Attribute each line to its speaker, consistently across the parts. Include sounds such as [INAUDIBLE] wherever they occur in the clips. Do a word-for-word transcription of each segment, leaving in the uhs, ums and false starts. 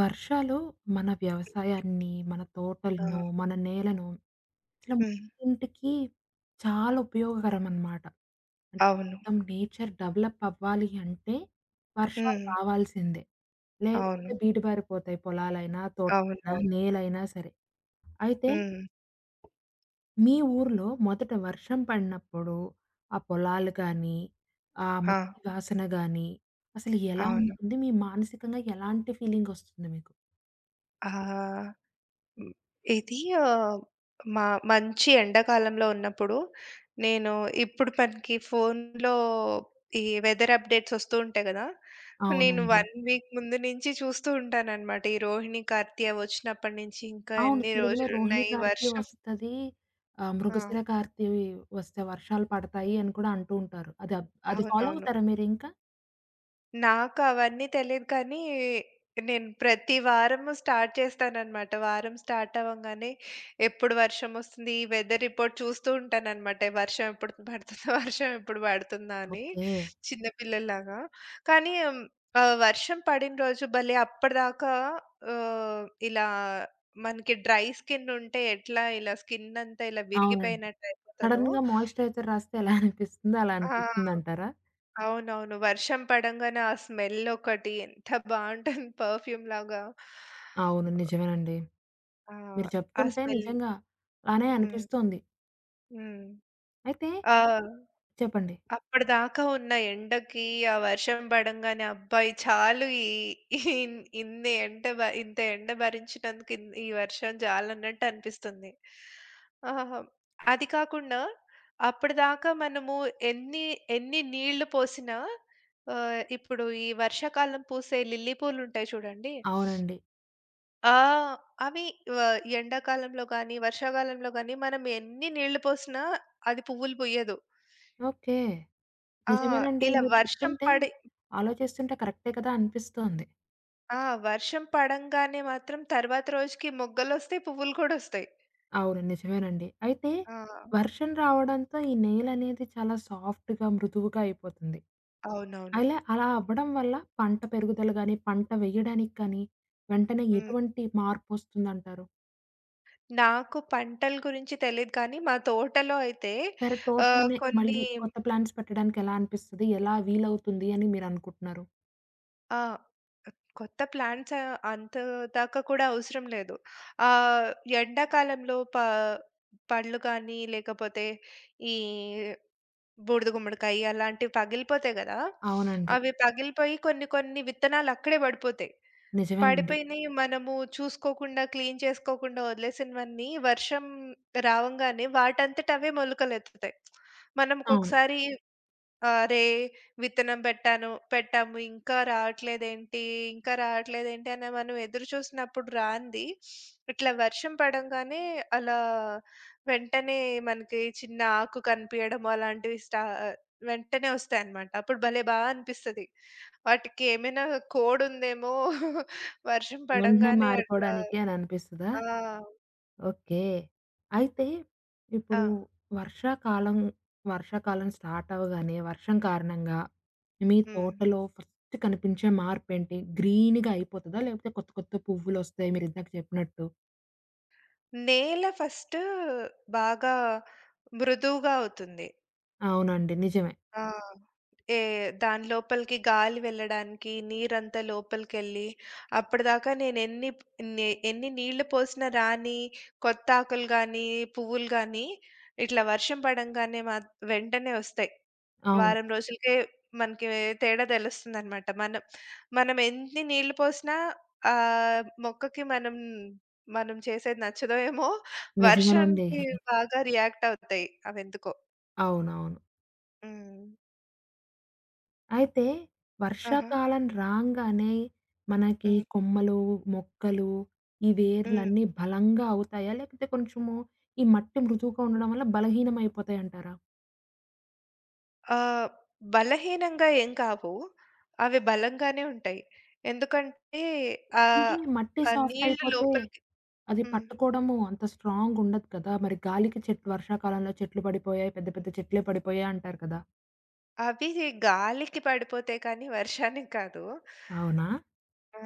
Speaker 1: వర్షాలు మన వ్యవసాయాన్ని, మన
Speaker 2: ఆ!
Speaker 1: తోటలను, మన నేలను ఇట్లా
Speaker 2: హ్మ్.
Speaker 1: ఇంటికి చాలా ఉపయోగకరం అన్నమాట. అంటే
Speaker 2: అవును.
Speaker 1: మొత్తం నేచర్ డెవలప్ అవ్వాలి అంటే వర్షాలు
Speaker 2: హ్మ్.
Speaker 1: రావాల్సిందే.
Speaker 2: అవును.
Speaker 1: లేకపోతే బీటబారిపోతాయి పొలాలైనా, తోటలైనా,
Speaker 2: అవునవును.
Speaker 1: నేలైనా సరే. అయితే
Speaker 2: హ్మ్.
Speaker 1: మీ ఊర్లో మొదట వర్షం పడినప్పుడు ఆ పొలాలు గానీ, ఆ
Speaker 2: ఆ!
Speaker 1: మట్టి వాసన గానీ అసలు ఎలా
Speaker 2: అవును.
Speaker 1: ఉంటుంది? మీ మానసికంగా ఎలాంటి ఫీలింగొస్తుంది మీకు?
Speaker 2: ఆహ్, హ్మ్. ఇది ఆహ్, మా మంచి ఎండాకాలంలో ఉన్నప్పుడు నేను ఇప్పుడు మనకి ఫోన్‌లో ఈ వెదర్ అప్‌డేట్స్ వస్తూ ఉంటాయి గదా! నేను ఒక
Speaker 1: అవునండి.
Speaker 2: వీక్ ముందు నుంచి చూస్తూ ఉంటాననమాట. ఈ రోహిణి, కార్తీ అవొచ్చినప్పటి నుంచి ఇంకా
Speaker 1: అవును,
Speaker 2: ఎన్ని
Speaker 1: తెలుగులో 'రోహిణి
Speaker 2: రోజులున్నాయి
Speaker 1: కార్తీ'
Speaker 2: వర్షం?
Speaker 1: వస్తది. ఆహ్,
Speaker 2: ఆ!
Speaker 1: 'మృగశిర కార్తీ' వస్తే వర్షాలు పడతాయి అని కూడా అంటూ ఉంటారు. అది అబ్ అది ఫాలో
Speaker 2: అవునవును.
Speaker 1: అవుతారా మీరింకా?
Speaker 2: నాకు అవన్నీ తెలీదు కానీ, నేను ప్రతి వారము స్టార్ట్ చేస్తాననమాట. వారం స్టార్ట్ అవ్వంగానే ఎప్పుడు వర్షమొస్తుంది, ఈ వెదర్ రిపోర్ట్ చూస్తూ ఉంటాననమాట. వర్షం ఎప్పుడు పడుతుందా? [LAUGHS] వర్షం ఎప్పుడు పడుతుందా? అని
Speaker 1: ఓకే.
Speaker 2: చిన్న పిల్లల్లాగా. కానీ ఆహ్, వర్షం పడిన రోజు భలే అప్పటిదాకా ఆహ్, ఇలా మనకి డ్రై స్కిన్ ఉంటే ఎట్లా ఇలా స్కిన్ అంతా ఇలా
Speaker 1: అవునండి.
Speaker 2: విరిగిపోయినట్టు అయిపోతదో.
Speaker 1: సడెన్‌గా మాయిశ్చరైజర్ రాస్తే ఎలా అనిపిస్తుందో అలా
Speaker 2: ఆ!
Speaker 1: అనిపిస్తుందంటారా?
Speaker 2: అవునవును. వర్షం పడంగానే ఆ స్మెల్ ఒకటి ఎంత బావుంటుంది పర్ఫ్యూమ్‌లాగా.
Speaker 1: అవును, నిజమేనండి.
Speaker 2: ఆ!
Speaker 1: మీరు
Speaker 2: ఆ
Speaker 1: చెప్తుంటే
Speaker 2: స్మెల్.
Speaker 1: నిజంగా అలానే
Speaker 2: హ్మ్.
Speaker 1: అనిపిస్తోంది.
Speaker 2: హ్మ్.
Speaker 1: అయితే
Speaker 2: ఆ!
Speaker 1: చెప్పండి.
Speaker 2: అప్పటిదాకా ఉన్న ఎండకి, ఆ వర్షం పడంగానే అబ్బాయి చాలు ఈ ఇన్ ఇన్ని ఎండ భ ఇంత ఎండ భరించినందుకు ఇన్ ఈ వర్షం చాలన్నట్టు అనిపిస్తుంది. ఆహా! అది కాకుండా అప్పటిదాకా మనము ఎన్ని ఎన్ని నీళ్లు పోసినా ఆహ్, ఇప్పుడు ఈ వర్షాకాలం పూసే లిల్లీ పూలుంటాయి చూడండి.
Speaker 1: అవునండి.
Speaker 2: ఆ! అవి వ ఎండాకాలంలో గానీ, వర్షాకాలంలో గానీ మనం ఎన్ని నీళ్లు పోసినా అది పువ్వులు పూయదు.
Speaker 1: ఓకే.
Speaker 2: ఆ!
Speaker 1: నిజమేనండి.
Speaker 2: ఇలా హ్మ్.
Speaker 1: మీరు
Speaker 2: వర్షం
Speaker 1: చెప్తుంటే
Speaker 2: పడి.
Speaker 1: ఆలోచిస్తుంటే కరెక్టే కదా అనిపిస్తోంది.
Speaker 2: ఆ! వర్షం పడంగానే మాత్రం తర్వాత రోజుకి మొగ్గలొస్తాయి, పువ్వులు కూడా ఒస్తాయి.
Speaker 1: అవును, నిజమేనండి. అయితే
Speaker 2: ఆ!
Speaker 1: వర్షం రావడంతో ఈ నేలనేది చాలా సాఫ్ట్‌గా, మృదువుగా అయిపోతుంది.
Speaker 2: అవునవును.
Speaker 1: అలా అలా అవ్వడం వల్ల పంట పెరుగుదల గానీ, పంట వేయడానికి కానీ, వెంటనే
Speaker 2: హ్మ్.
Speaker 1: ఎటువంటి మార్పొస్తుందంటారు?
Speaker 2: నాకు పంటల గురించి తెలీదు కానీ, మా తోటలో అయితే
Speaker 1: సరే
Speaker 2: ఆహ్,
Speaker 1: తోటలోనే
Speaker 2: కొన్ని
Speaker 1: మళ్ళీ కొత్త ప్లాంట్స్ పెట్టడానికి ఎలా అనిపిస్తది? ఎలా వీలవుతుంది అని మీరనుకుంటున్నారు?
Speaker 2: ఆ! కొత్త ప్లాంట్స్ ఆహ్, అంత దాకా కూడా అవసరం లేదు. ఆహ్, ఎండాకాలంలో ప పండ్లు కానీ, లేకపోతే ఈ బూడిద గుమ్మడికాయ అలాంటివి పగిలిపోతాయి గదా!
Speaker 1: అవునండి.
Speaker 2: అవి పగిలిపోయి కొన్ని కొన్ని విత్తనాలు అక్కడే పడిపోతాయి.
Speaker 1: నిజమేనండి.
Speaker 2: పడిపోయినయి మనము చూసుకోకుండా, క్లీన్ చేసుకోకుండా వదిలేసినవన్నీ వర్షం రావంగానే వాటంతట అవే మొలకలెత్తుతాయి. మనం
Speaker 1: అవును.
Speaker 2: ఒక్కొక్కసారి అరే! విత్తనం పెట్టాను పెట్టాము. ఇంకా రావట్లేదేంటి? ఇంకా రావట్లేదేంటి? అని మనం ఎదురు చూసినప్పుడు రాంది. ఇట్లా వర్షం పడంగానే అలా వెంటనే మనకి చిన్న ఆకు కనిపియడం అలాంటివి స్టా వెంటనే వస్తాయన్నమాట. అప్పుడు భలే బా అనిపిస్తది. వాటికి ఏమైనా కోడ్ ఉందేమో. [LAUGHS] వర్షం
Speaker 1: వెంటనే
Speaker 2: పడంగానే అట్లా.
Speaker 1: మారిపోవడానికి అని అనిపిస్తదా?
Speaker 2: ఆ!
Speaker 1: ఓకే. అయితే
Speaker 2: ఆ!
Speaker 1: ఇప్పుడు వర్షాకాలం, వర్షాకాలం స్టార్ట్ అవ్వగానే వర్షం కారణంగా మీ
Speaker 2: హ్మ్.
Speaker 1: తోటలో ఫస్ట్ కనిపించే మార్పేంటి? గ్రీన్‌గా అయిపోతదా? లేకపోతే కొత్త కొత్త పువ్వులొస్తాయి మీరిందాక చెప్పినట్టు?
Speaker 2: నేల ఫస్ట్ బాగా మృదువుగా అవుతుంది.
Speaker 1: అవునండి. నిజమే.
Speaker 2: ఆ! ఏ దాని లోపలికి గాలి వెళ్ళడానికి, నీరంతా లోపలికెళ్ళి, అప్పటిదాకా నేనెన్ని నే ఎన్ని నీళ్లు పోసినా రాని కొత్త ఆకులు గానీ, పువ్వులు గానీ, ఇట్లా వర్షం పడంగానే మాత్ వెంటనే ఒస్తాయి.
Speaker 1: అవును.
Speaker 2: వారం రోజులకే మనకి తేడా తెలుస్తుందనమాట. మనం మనం ఎన్ని నీళ్లు పోసినా ఆహ్, మొక్కకి మనం మనం చేసేది నచ్చదో ఏమో,
Speaker 1: నిజమేనండి.
Speaker 2: వర్షానికి బాగా రియాక్ట్ అవుతాయి అవెందుకో.
Speaker 1: అవునవును.
Speaker 2: హ్మ్.
Speaker 1: అయితే
Speaker 2: ఆహా!
Speaker 1: వర్షాకాలం రాంగానే మనకి
Speaker 2: హ్మ్.
Speaker 1: కొమ్మలు, మొక్కలు ఈ
Speaker 2: హ్మ్.
Speaker 1: వేర్లన్నీ బలంగా అవుతాయా? లేకపోతే కొంచెము ఈ మట్టి మృదువుగా ఉండడం వల్ల బలహీనమైపోతాయంటారా?
Speaker 2: ఆహ్, బలహీనంగా ఏం కావు. అవి బలంగానే ఉంటాయి. ఎందుకంటే
Speaker 1: అంటే
Speaker 2: ఆహ్,
Speaker 1: మట్టి
Speaker 2: ఆ
Speaker 1: సాఫ్ట్
Speaker 2: నీళ్లు
Speaker 1: అయిపోతే
Speaker 2: లోపలికి.
Speaker 1: అది
Speaker 2: హ్మ్.
Speaker 1: పట్టుకోవడము అంత స్ట్రాంగ్ ఉండదు కదా! మరి గాలికి చెట్లు వర్షాకాలంలో చెట్లు పడిపోయాయి. పెద్ద పెద్ద చెట్లే పడిపోయాయి అంటారు కదా!
Speaker 2: అవి గాలికి పడిపోతాయి కానీ వర్షానికి కాదు.
Speaker 1: అవునా?
Speaker 2: ఆ!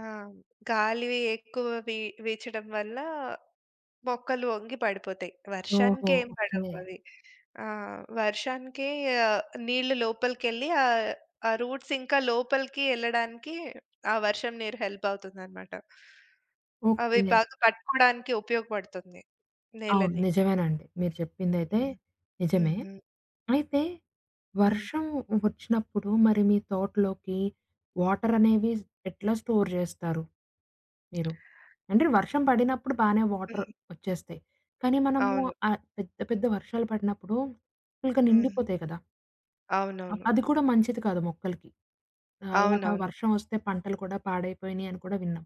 Speaker 2: గాలి ఎక్కువ వీ వీచడం వల్ల మొక్కలు వంగి పడిపోతాయి. వర్షానికి
Speaker 1: ఓహో!
Speaker 2: ఏం పడవు
Speaker 1: ఓకే.
Speaker 2: అవి. ఆ! వర్షానికి ఆహ్, నీళ్లు లోపలికెళ్ళి ఆహ్, ఆ రూట్స్ ఇంకా లోపలికి ఎళ్ళడానికి ఆ వర్షం నీరు హెల్ప్ అవుతుందనమాట. అవి
Speaker 1: ఓకే.
Speaker 2: బాగా పట్టుకోడానికి ఉపయోగపడుతుంది
Speaker 1: అవును,
Speaker 2: నేలని.
Speaker 1: నిజమేనండి. మీరు చెప్పిందైతే
Speaker 2: హ్మ్. హ్మ్.
Speaker 1: నిజమే.
Speaker 2: హ్మ్.
Speaker 1: అయితే
Speaker 2: హ్మ్.
Speaker 1: వర్షం వచ్చినప్పుడు మరి మీ తోటలోకి వాటర్ అనేవి ఎట్లా స్టోర్ చేస్తారు మీరు? అంటే వర్షం పడినప్పుడు బానే వాటర్
Speaker 2: హ్మ్.
Speaker 1: వచ్చేస్తాయి. కానీ మనము
Speaker 2: అవును.
Speaker 1: ఆహ్, పెద్ద పెద్ద వర్షాలు పడినప్పుడు ఫుల్‌గా
Speaker 2: హ్మ్.
Speaker 1: నిండిపోతాయి కదా! అ
Speaker 2: అవునవును.
Speaker 1: అది కూడా మంచిది కాదు మొక్కలకి. అలాగా
Speaker 2: అవునవును.
Speaker 1: వర్షం వస్తే పంటలు కూడా పాడైపోయినాయి అని కూడా విన్నాం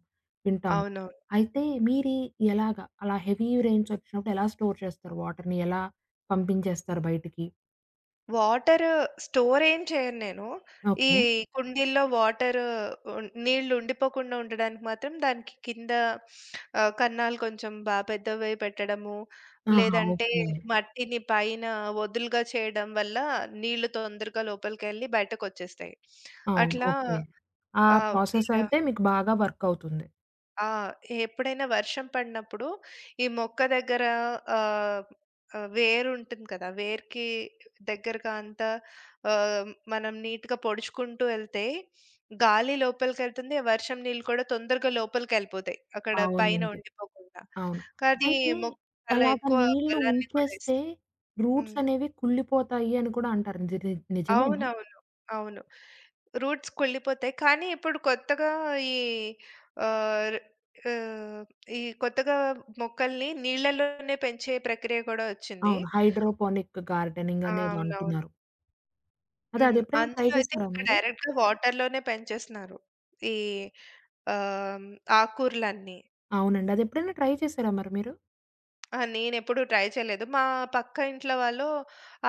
Speaker 1: వింటాము.
Speaker 2: అవునవును.
Speaker 1: అయితే మీరీ ఎలాగా అలా హెవీ రెయిన్స్ వచ్చినప్పుడు ఎలా స్టోర్ చేస్తారు వాటర్‌ని? ఎలా పంపించేస్తారు బయటికి?
Speaker 2: వాటర్ స్టోర్ ఏం చేయను నేను. ఈ
Speaker 1: ఓకే.
Speaker 2: కుండీల్లో వాటర్ ఉం నీళ్ళు ఉండిపోకుండా ఉండడానికి మాత్రం దానికి కింద ఆహ్, కన్నాలు కొంచెం బా పెద్దవి పెట్టడము,
Speaker 1: ఆహా!
Speaker 2: లేదంటే
Speaker 1: ఓకే.
Speaker 2: మట్టిని పైన వదులుగా చేయడం వల్ల నీళ్ళు తొందరగా లోపలికెళ్ళి బయటకొచ్చేస్తాయి.
Speaker 1: అవును.
Speaker 2: అట్లా.
Speaker 1: ఓకే. ఆ
Speaker 2: ఆహ్,
Speaker 1: ప్రాసెస్
Speaker 2: ఇలా
Speaker 1: అయితే మీకు బాగా వర్క్ అవుతుంది.
Speaker 2: ఆ! ఎప్పుడైనా వర్షం పడినప్పుడు ఈ మొక్క దగ్గర ఆహ్, ఆహ్, వేరుంటుంది కదా! వేరుకి దగ్గరగా అంతా ఆహ్, మనం నీట్‌గా పొడుచుకుంటూ ఎళ్తే గాలి లోపలికెళ్తుంది. ఆ వర్షం నీళ్ళు కూడా తొందరగా లోపలికెళ్ళిపోతాయి, అక్కడ పైన
Speaker 1: అవునండి.
Speaker 2: ఉండిపోకుండా.
Speaker 1: అవును.
Speaker 2: కానీ
Speaker 1: అయితే
Speaker 2: మొక్కకి చాలా
Speaker 1: అలాగా
Speaker 2: ఎక్కువ
Speaker 1: నీళ్లు
Speaker 2: బలాన్ని కూడా
Speaker 1: ఉంచేస్తే
Speaker 2: ఇస్తుంది.
Speaker 1: రూట్స్
Speaker 2: హ్మ్.
Speaker 1: అనేవి కుళ్ళిపోతాయి అని కూడా అంటారు. నిజ ని నిజమేనా?
Speaker 2: అవునవును. అవును. రూట్స్ కుళ్ళిపోతాయి. కానీ ఇప్పుడు కొత్తగా ఈ ఆహ్, ర్ ఆహ్, ఈ కొత్తగా మొక్కల్ని నీళ్ళలోనే పెంచే ప్రక్రియ కూడా వచ్చింది.
Speaker 1: అవును, హైడ్రోపోనిక్ గార్డెనింగ్
Speaker 2: ఆ!
Speaker 1: అనేదో
Speaker 2: అవునవును.
Speaker 1: అంటున్నారు. అది
Speaker 2: హ్మ్.
Speaker 1: అదెప్పుడైనా ట్రై
Speaker 2: అందులో అయితే
Speaker 1: చేసారా
Speaker 2: ఇంకా
Speaker 1: మీరు?
Speaker 2: డైరెక్ట్‌గా వాటర్‌లోనే పెంచేస్తున్నారు. ఈ ఆహ్, ఆకూరలన్నీ.
Speaker 1: అవునండి. అదెప్పుడైనా ట్రై చేసారా మరి మీరు?
Speaker 2: ఆ! నేనెప్పుడు ట్రై చేయలేదు. మా పక్క ఇంట్లో వాళ్ళు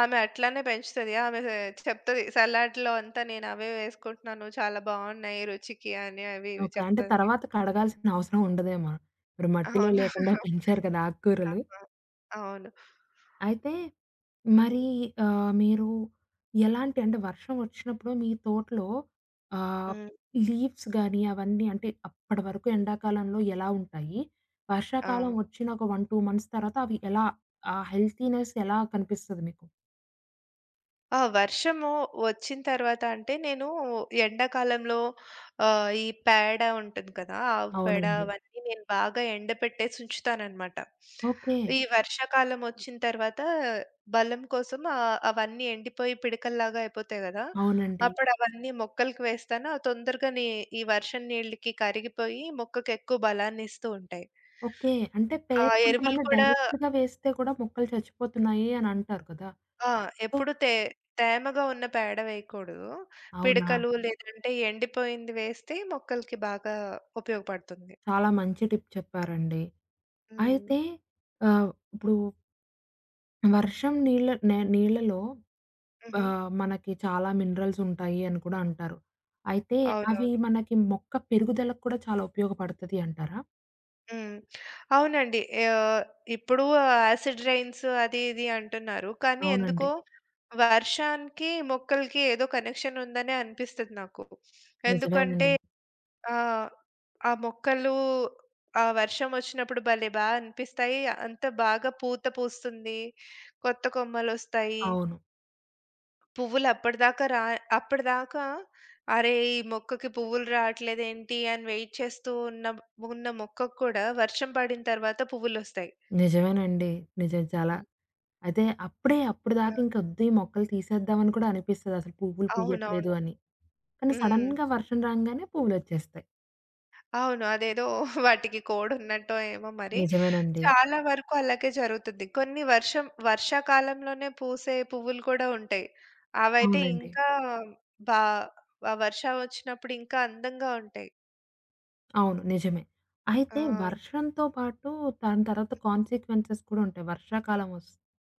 Speaker 2: ఆమె అట్లానే పెంచుతది. ఆమె చెప్తది సలాడ్‌లో అంతా నేను అవే వేసుకుంటున్నాను. చాలా బావున్నాయి రుచికి అని అవి ఇవి
Speaker 1: ఓకే. అంటే
Speaker 2: చెప్తది.
Speaker 1: తర్వాత కడగాల్సిన అవసరం ఉండదేమో. మీరు మట్టిలో
Speaker 2: అవును.
Speaker 1: లేకుండా
Speaker 2: [LAUGHS]
Speaker 1: పెంచారు కదా ఆకుకూరలు.
Speaker 2: ఆహా! అవును.
Speaker 1: అయితే మరి
Speaker 2: హ్మ్.
Speaker 1: ఆహ్, మీరు ఎలాంటి అంటే వర్షం వచ్చినప్పుడు మీ తోటలో ఆహ్,
Speaker 2: హ్మ్.
Speaker 1: లీవ్స్ గాని అవన్నీ అంటే అప్పటి వరకు ఎండాకాలంలో ఎలా ఉంటాయి?
Speaker 2: ఆ!
Speaker 1: వర్షాకాలం వచ్చిన ఒక ఒకటి, రెండు మంత్స్ తర్వాత అవి ఎలా ఆ హెల్తీనెస్ ఎలా కనిపిస్తది మీకు?
Speaker 2: ఆ! వర్షము వచ్చిన తర్వాత అంటే నేను ఎండాకాలంలో ఆహ్, ఈ పేడ ఉంటుంది కదా! ఆవు పేడ
Speaker 1: అవునండి.
Speaker 2: అవన్నీ నేను బాగా ఎండబెట్టేసి ఉంచుతాననమాట.
Speaker 1: ఓకే.
Speaker 2: ఈ వర్షాకాలం వచ్చిన తర్వాత బలం కోసం ఆహ్, అవన్నీ ఎండిపోయి పిడకల్లాగా అయిపోతాయి కదా!
Speaker 1: అవునండి.
Speaker 2: అప్పుడు అవన్నీ మొక్కలకి వేస్తాను. అవి తొందరగానే ఈ వర్షం నీళ్ళకి కరిగిపోయి మొక్కకి ఎక్కువ బలాన్ని ఇస్తూ ఉంటాయి.
Speaker 1: ఓకే. అంటే
Speaker 2: ఆ
Speaker 1: పేడ
Speaker 2: ఎరువులు
Speaker 1: కొంతమంది
Speaker 2: కూడా.
Speaker 1: డైరెక్ట్‌గా వేస్తే కూడా మొక్కలు చచ్చిపోతున్నాయి అని అంటారు కదా!
Speaker 2: ఆ!
Speaker 1: సో
Speaker 2: ఎప్పుడు తే తేమగా ఉన్న పేడ వేయకూడదు.
Speaker 1: అవునా?
Speaker 2: పిడకలు. హ్మ్. లేదంటే ఎండిపోయింది వేస్తే మొక్కలకి బాగా ఉపయోగపడుతుంది.
Speaker 1: చాలా మంచి టిప్ చెప్పారండి.
Speaker 2: హ్మ్.
Speaker 1: అయితే ఆహ్, ఇప్పుడు వర్షం నీళ్ళ నే నీళ్ళలో
Speaker 2: హుహు.
Speaker 1: ఆహ్, మనకి చాలా మినరల్స్ ఉంటాయి అని కూడా అంటారు. అయితే అవి
Speaker 2: అవునవును.
Speaker 1: మనకి మొక్క పెరుగుదలకు కూడా చాలా ఉపయోగపడతది అంటారా?
Speaker 2: హ్మ్. అవునండి. ఆహ్, ఇప్పుడు యాసిడ్ రైన్స్ అది ఇది అంటున్నారు. కానీ
Speaker 1: అవునండి.
Speaker 2: ఎందుకో వర్షానికి మొక్కలకి ఏదో కనెక్షన్ ఉందనే అనిపిస్తది నాకు. ఎందుకంటే
Speaker 1: నిజమేనండి.
Speaker 2: ఆ! ఆ మొక్కలు ఆ వర్షం వచ్చినప్పుడు భలే బా అనిపిస్తాయి. అంత బాగా పూత పూస్తుంది. కొత్త కొమ్మలొస్తాయి.
Speaker 1: అవును.
Speaker 2: పువ్వులు అప్పటిదాకా రా అప్పటిదాకా అరే! ఈ మొక్కకి పువ్వులు రావట్లేదేంటి అని వెయిట్ చేస్తూ ఉన్న ఉన్న మొక్కకు కూడా వర్షం పడిన తర్వాత పువ్వులొస్తాయి.
Speaker 1: నిజమేనండి. నిజం చాలా.
Speaker 2: హ్మ్.
Speaker 1: అయితే అప్పుడే
Speaker 2: ఆ!
Speaker 1: అప్పటిదాకా ఇంకొద్దు ఈ మొక్కలు తీసేద్దామని కూడా అనిపిస్తది అసలు పువ్వులు పుయ్యట్లేదు
Speaker 2: అవునవును.
Speaker 1: అని. కానీ
Speaker 2: హ్మ్.
Speaker 1: సడెన్‌గా వర్షం రాంగానే పువ్వులొచ్చేస్తాయి.
Speaker 2: అవును. అదేదో [LAUGHS] వాటికి కోడున్నట్టో ఏమో మరి.
Speaker 1: నిజమేనండి.
Speaker 2: చాలా వరకు అలాగే జరుగుతుంది. కొన్ని వర్షం వర్షాకాలంలోనే పూసే పువ్వులు కూడా ఉంటాయి. అవైతే
Speaker 1: అవునండి.
Speaker 2: ఇంకా బా ఆ వర్షం వచ్చినప్పుడు ఇంకా అందంగా ఉంటాయి.
Speaker 1: అవును. నిజమే. అయితే
Speaker 2: ఆ!
Speaker 1: వర్షంతో పాటు దాని తర్వాత కాన్సిక్వెన్సెస్ కూడా ఉంటాయి. వర్షాకాలం వస్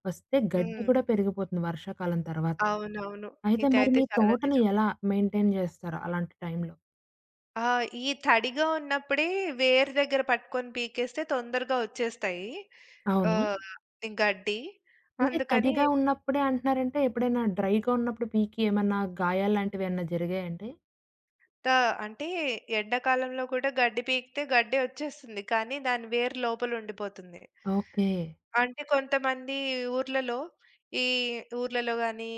Speaker 1: వస్తే గడ్డి
Speaker 2: హ్మ్.
Speaker 1: కూడా పెరిగిపోతుంది వర్షాకాలం తర్వాత.
Speaker 2: అవునవును.
Speaker 1: అయితే మరి
Speaker 2: ఇదైతే
Speaker 1: మీ
Speaker 2: చాలా
Speaker 1: తోటని
Speaker 2: నిజం.
Speaker 1: ఎలా మెయింటైన్ జేస్తారు అలాంటి టైంలో?
Speaker 2: ఆ! ఈ తడిగా ఉన్నప్పుడే వేరు దగ్గర పట్టుకొని పీకేస్తే తొందరగా వచ్చేస్తాయి.
Speaker 1: అవునా?
Speaker 2: ఆహ్, గడ్డి.
Speaker 1: అంటే
Speaker 2: అందుకని
Speaker 1: తడిగా ఉన్నప్పుడే అంటున్నారంటే ఎప్పుడైనా డ్రైగా ఉన్నప్పుడు పీకి ఏమన్నా గాయాల్లాంటివి ఏమన్నా జరిగాయండి?
Speaker 2: తా అంటే ఎండాకాలంలో కూడా గడ్డి పీకితే గడ్డి వచ్చేస్తుంది. కానీ దాని వేరు లోపల ఉండిపోతుంది.
Speaker 1: ఓకే.
Speaker 2: అంటే కొంతమంది ఊర్లలో ఈ ఊర్లలో గాని,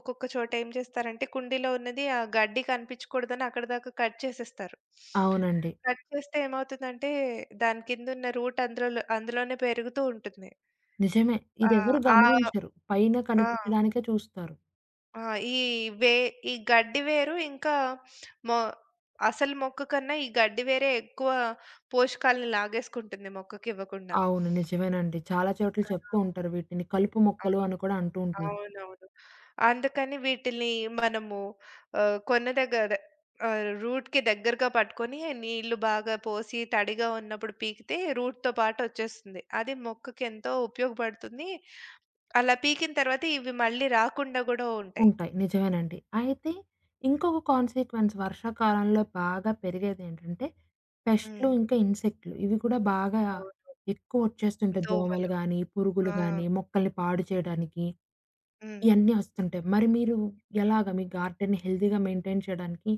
Speaker 2: ఒక్కొక్క చోట ఏం చేస్తారంటే కుండీలో ఉన్నది ఆ గడ్డి కనిపించకూడదని అక్కడిదాకా కట్ చేసేస్తారు.
Speaker 1: అవునండి.
Speaker 2: కట్ చేస్తే ఏమవుతుందంటే దాని కిందున్న రూట్ అందులో అందులోనే పెరుగుతూ ఉంటుంది.
Speaker 1: నిజమే.
Speaker 2: ఆ!
Speaker 1: ఇదెవరు
Speaker 2: ఆ!
Speaker 1: గమనించరు. పైన
Speaker 2: ఆ!
Speaker 1: కనిపించడానికే చూస్తారు.
Speaker 2: ఆ! ఈ వే ఈ గడ్డి వేరు ఇంకా మొ అసలు మొక్క కన్నా ఈ గడ్డి వేరే ఎక్కువ పోషకాలను లాగేసుకుంటుంది మొక్కకివ్వకుండా.
Speaker 1: అవును, నిజమేనండి. చాలా చోట్ల చెప్తూ ఉంటారు వీటిని. కలుపు
Speaker 2: ఆ!
Speaker 1: మొక్కలు
Speaker 2: అవును.
Speaker 1: అని కూడా అంటూ ఉంటారు.
Speaker 2: అవునవును. అందుకని వీటిని మనము ఆహ్, కొన దగ్గర అదే ఆహ్, రూట్‌కి దగ్గరగా పట్టుకొని నీళ్లు బాగా పోసి తడిగా ఉన్నప్పుడు పీకితే రూట్‌తో పాటు వచ్చేస్తుంది. అది మొక్కకి ఎంతో ఉపయోగపడుతుంది. అలా పీకిన తర్వాత ఇవి మళ్ళీ రాకుండా గూడా ఉంటాయి.
Speaker 1: ఉంటాయి. నిజమేనండి. అయితే ఇంకొక కాన్సిక్వెన్స్ వర్షాకాలంలో బాగా పెరిగేదేంటంటే పెస్ట్‌లు,
Speaker 2: హ్మ్.
Speaker 1: ఇంకా ఇన్సెక్ట్‌లు ఇవి కూడా బాగా
Speaker 2: అవును.
Speaker 1: ఎక్కువ వచ్చేస్తుంటాయి. దోమలు
Speaker 2: దోమలు.
Speaker 1: గానీ, పురుగులు
Speaker 2: ఆ!
Speaker 1: గానీ, మొక్కల్ని పాడు చేయడానికి
Speaker 2: హ్మ్.
Speaker 1: ఇయన్నీ వస్తుంటాయి. మరి మీరు ఎలాగా మీ గార్డెన్‌ని హెల్తీగా మెయింటైన్ చేయడానికి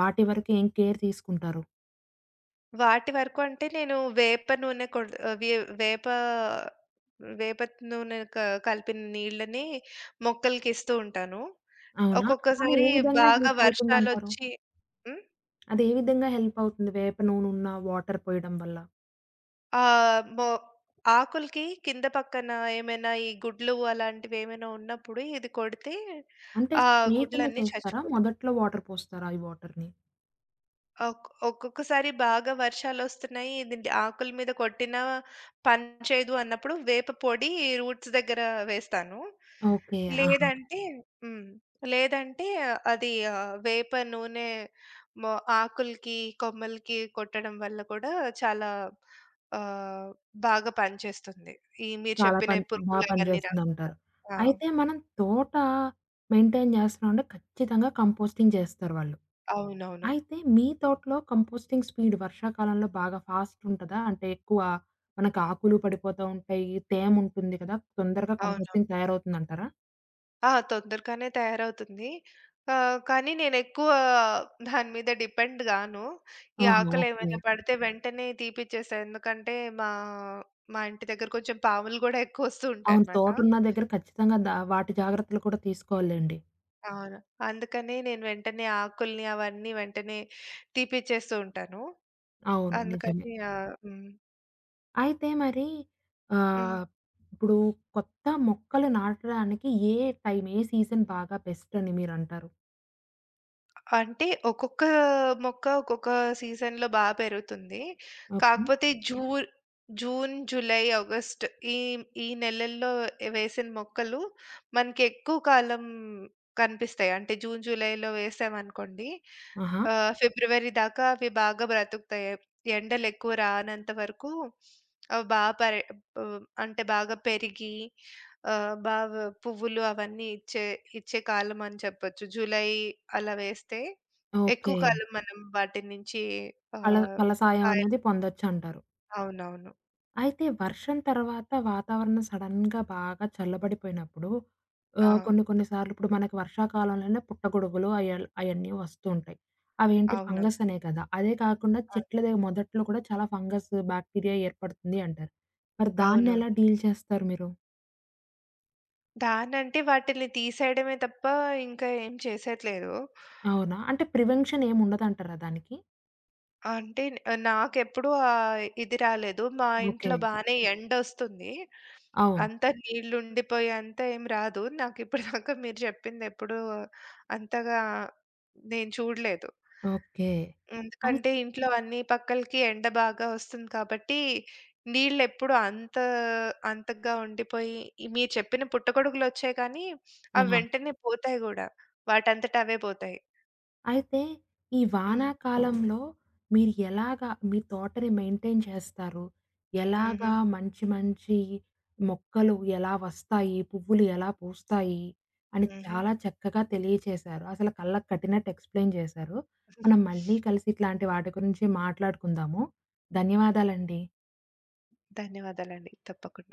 Speaker 1: వాటి వరకు ఏం కేర్ తీసుకుంటారు?
Speaker 2: వాటి వరకు అంటే నేను వేప నూనె కొడ్ ఆహ్, వే వేప వేప నూనె క కలిపిన నీళ్ళని మొక్కలకిస్తూ ఉంటాను.
Speaker 1: అవునా? అది ఏ
Speaker 2: ఒక్కొక్కసారి
Speaker 1: విధంగా
Speaker 2: బాగా
Speaker 1: హెల్ప్ అవుతుందంటారు?
Speaker 2: వర్షాలొచ్చి. హ్మ్.
Speaker 1: అది ఏ విధంగా హెల్ప్ అవుతుంది? వేప నూనెన్న వాటర్ పోయడం వల్ల?
Speaker 2: ఆహ్, మొ ఆకులకి కింద పక్కన ఏమైనా ఈ గుడ్లు అలాంటివేమైనా ఉన్నప్పుడు ఇది కొడితే
Speaker 1: అంటే
Speaker 2: ఆ
Speaker 1: స్ప్రే కింద
Speaker 2: గుడ్లన్నీ
Speaker 1: చేస్తారా?
Speaker 2: చచ్చిపోతాయి.
Speaker 1: మొదట్లో వాటర్ పోస్తారా ఈ వాటర్‌ని?
Speaker 2: ఒక్ ఒక్కొక్కసారి బాగా వర్షాలొస్తున్నాయి. ఇది ఆకుల మీద కొట్టినా పని చేయదు అన్నప్పుడు వేప పొడి రూట్స్ దగ్గర వేస్తాను. ఓకే.
Speaker 1: ఓకే. ఆహా!
Speaker 2: లేదంటే. హ్మ్. లేదంటే అది ఆహ్, వేప నూనె మొ ఆకులకి, కొమ్మలకి కొట్టడం వల్ల కూడా చాలా ఆహ్, బాగా పనిచేస్తుంది. ఈ మీరు
Speaker 1: చాలా
Speaker 2: చెప్పిన
Speaker 1: పని
Speaker 2: ఈ
Speaker 1: బా
Speaker 2: పురుగులు అవన్నీ రాకుండా.
Speaker 1: పనిచేస్తుందంటారు.
Speaker 2: ఆ!
Speaker 1: అయితే మనం తోట మెయింటైన్ చేస్తున్నామంటే ఖచ్చితంగా కంపోస్టింగ్ చేస్తారు వాళ్ళు.
Speaker 2: అవునవును.
Speaker 1: అయితే మీ తోటలో కంపోస్టింగ్ స్పీడ్ వర్షాకాలంలో బాగా ఫాస్ట్ ఉంటదా? అంటే ఎక్కువ మనకు ఆకులు పడిపోతా ఉంటాయి, తేమ ఉంటుంది కదా! తొందరగా
Speaker 2: అవునవును.
Speaker 1: కంపోస్టింగ్ తయారవుతుందంటారా?
Speaker 2: ఆ! తొందరగానే తయారవుతుంది. ఆహ్, కానీ నేనెక్కువ దాని మీద డిపెండ్ గాను. ఈ
Speaker 1: ఆహా! ఓకే.
Speaker 2: ఆకలేమైనా పడితే వెంటనే తీపిచ్చేస్తా. ఎందుకంటే మా మా ఇంటి దగ్గర కొంచెం పాములు గూడా ఎక్కువొస్తూ
Speaker 1: అవును,
Speaker 2: ఉంటాయనమాట.
Speaker 1: తోటలున్న దగ్గర ఖచ్చితంగా దా వాటి జాగ్రత్తలు కూడా తీసుకోవాలండి.
Speaker 2: అవును. అందుకని నేను వెంటనే ఆకుల్ని అవన్నీ వెంటనే తీపిచ్చేస్తూ ఉంటాను.
Speaker 1: అవును. నిజమే.
Speaker 2: అందుకని ఆ! హ్మ్.
Speaker 1: అయితే మరి
Speaker 2: హ్మ్.
Speaker 1: ఆహ్, ఇప్పుడు కొత్త మొక్కలు నాటడానికి ఏ టైం, ఏ సీజన్ బాగా బెస్ట్ అని మీరంటారు?
Speaker 2: అంటే ఒక్కొక్క మొక్క ఒక్కొక్క సీజన్‌లో బా పెరుగుతుంది.
Speaker 1: ఓకే.
Speaker 2: కాకపోతే హ్మ్. జూన్ జూన్, జూలై, ఆగస్ట్ ఈ ఈ నెలల్లో వేసిన మొక్కలు మనకి ఎక్కువ కాలం కనిపిస్తాయి. అంటే జూన్, జూలైలో వేసామనుకోండి
Speaker 1: ఆహా!
Speaker 2: ఆహ్, ఫిబ్రవరి దాకా అవి బాగా బ్రతుకుతాయి. ఎండలు ఎక్కువ రానంత వరకు అవి బా పరి ఆహ్, అంటే బాగా పెరిగి ఆహ్, బాగా పువ్వులు అవన్నీ ఇచ్చే ఇచ్చే కాలం అని చెప్పొచ్చు. జూలై అలా వేస్తే ఎక్కువ
Speaker 1: ఓకే.
Speaker 2: కాలం మనం వాటి నుంచి
Speaker 1: ఫల
Speaker 2: ఆహ్,
Speaker 1: ఫలసాయం
Speaker 2: కాయలు.
Speaker 1: అనేది పొందొచ్చంటారు.
Speaker 2: అవునవును.
Speaker 1: అయితే వర్షం తర్వాత వాతావరణం సడెన్‌గా బాగా చల్లబడిపోయినప్పుడు
Speaker 2: ఆ!
Speaker 1: ఆహ్, కొన్ని కొన్ని సార్లు ఇప్పుడు మనకి వర్షాకాలంలోనే పుట్టగొడుగులు అయల్ అయన్నీ వస్తూ ఉంటాయి. అవేంటి
Speaker 2: అవునవును.
Speaker 1: ఫంగస్ అనే కదా! అదే కాకుండా
Speaker 2: అవును.
Speaker 1: చెట్లదే మొదట్లో కూడా చాలా ఫంగస్ బాక్టీరియా ఏర్పడుతుంది అంటారు. మరి
Speaker 2: అవునవును.
Speaker 1: దాన్నెలా డీల్ చేస్తారు మీరు?
Speaker 2: దాన్నంటే వాటిని తీసేయడమే తప్ప ఇంకా ఏం చేసేట్లేదు.
Speaker 1: అవునా? అంటే ప్రివెన్షన్ ఏముండదంటారా దానికి?
Speaker 2: అంటే ఆహ్, నాకెప్పుడూ ఆహ్, ఇది రాలేదు. మా
Speaker 1: ఓకే.
Speaker 2: ఇంట్లో బానే ఓకే. ఎండొస్తుంది.
Speaker 1: అవును.
Speaker 2: అంత నీళ్లుండిపోయే అంత ఏం రాదు. నాకిప్పటిదాకా మీరు చెప్పిందెప్పుడూ అంతగా నేను చూడలేదు.
Speaker 1: ఓకే. అయి
Speaker 2: ఎందుకంటే ఇంట్లో అన్ని పక్కలకి ఎండ బాగా వస్తుంది కాబట్టి, నీళ్ళెప్పుడు అంత అంతగా ఉండిపోయి ఈ మీరు చెప్పిన పుట్టగొడుగులొచ్చాయి కానీ, అవి
Speaker 1: ఆ!
Speaker 2: వెంటనే పోతాయి గూడా. వాటంతట అవే పోతాయి.
Speaker 1: అయితే, ఈ
Speaker 2: హ్మ్.
Speaker 1: వానాకాలంలో మీరు ఎలాగా మీ తోటని మెయింటైన్ చేస్తారు?
Speaker 2: హుహు.
Speaker 1: ఎలాగా మంచి మంచి మొక్కలు ఎలా వస్తాయి? పువ్వులు ఎలా పూస్తాయి? అని
Speaker 2: హుహు.
Speaker 1: చాలా చక్కగా తెలియచేశారు. అసలు కళ్ళకి కట్టినట్టు ఎక్స్‌ప్లెయిన్ చేశారు. మనం మళ్ళీ కలిసి ఇట్లాంటి వాటి గురించి మాట్లాడుకుందాము.
Speaker 2: హ్మ్.
Speaker 1: ధన్యవాదాలండి.
Speaker 2: ధన్యవాదాలండి. తప్పకుండ.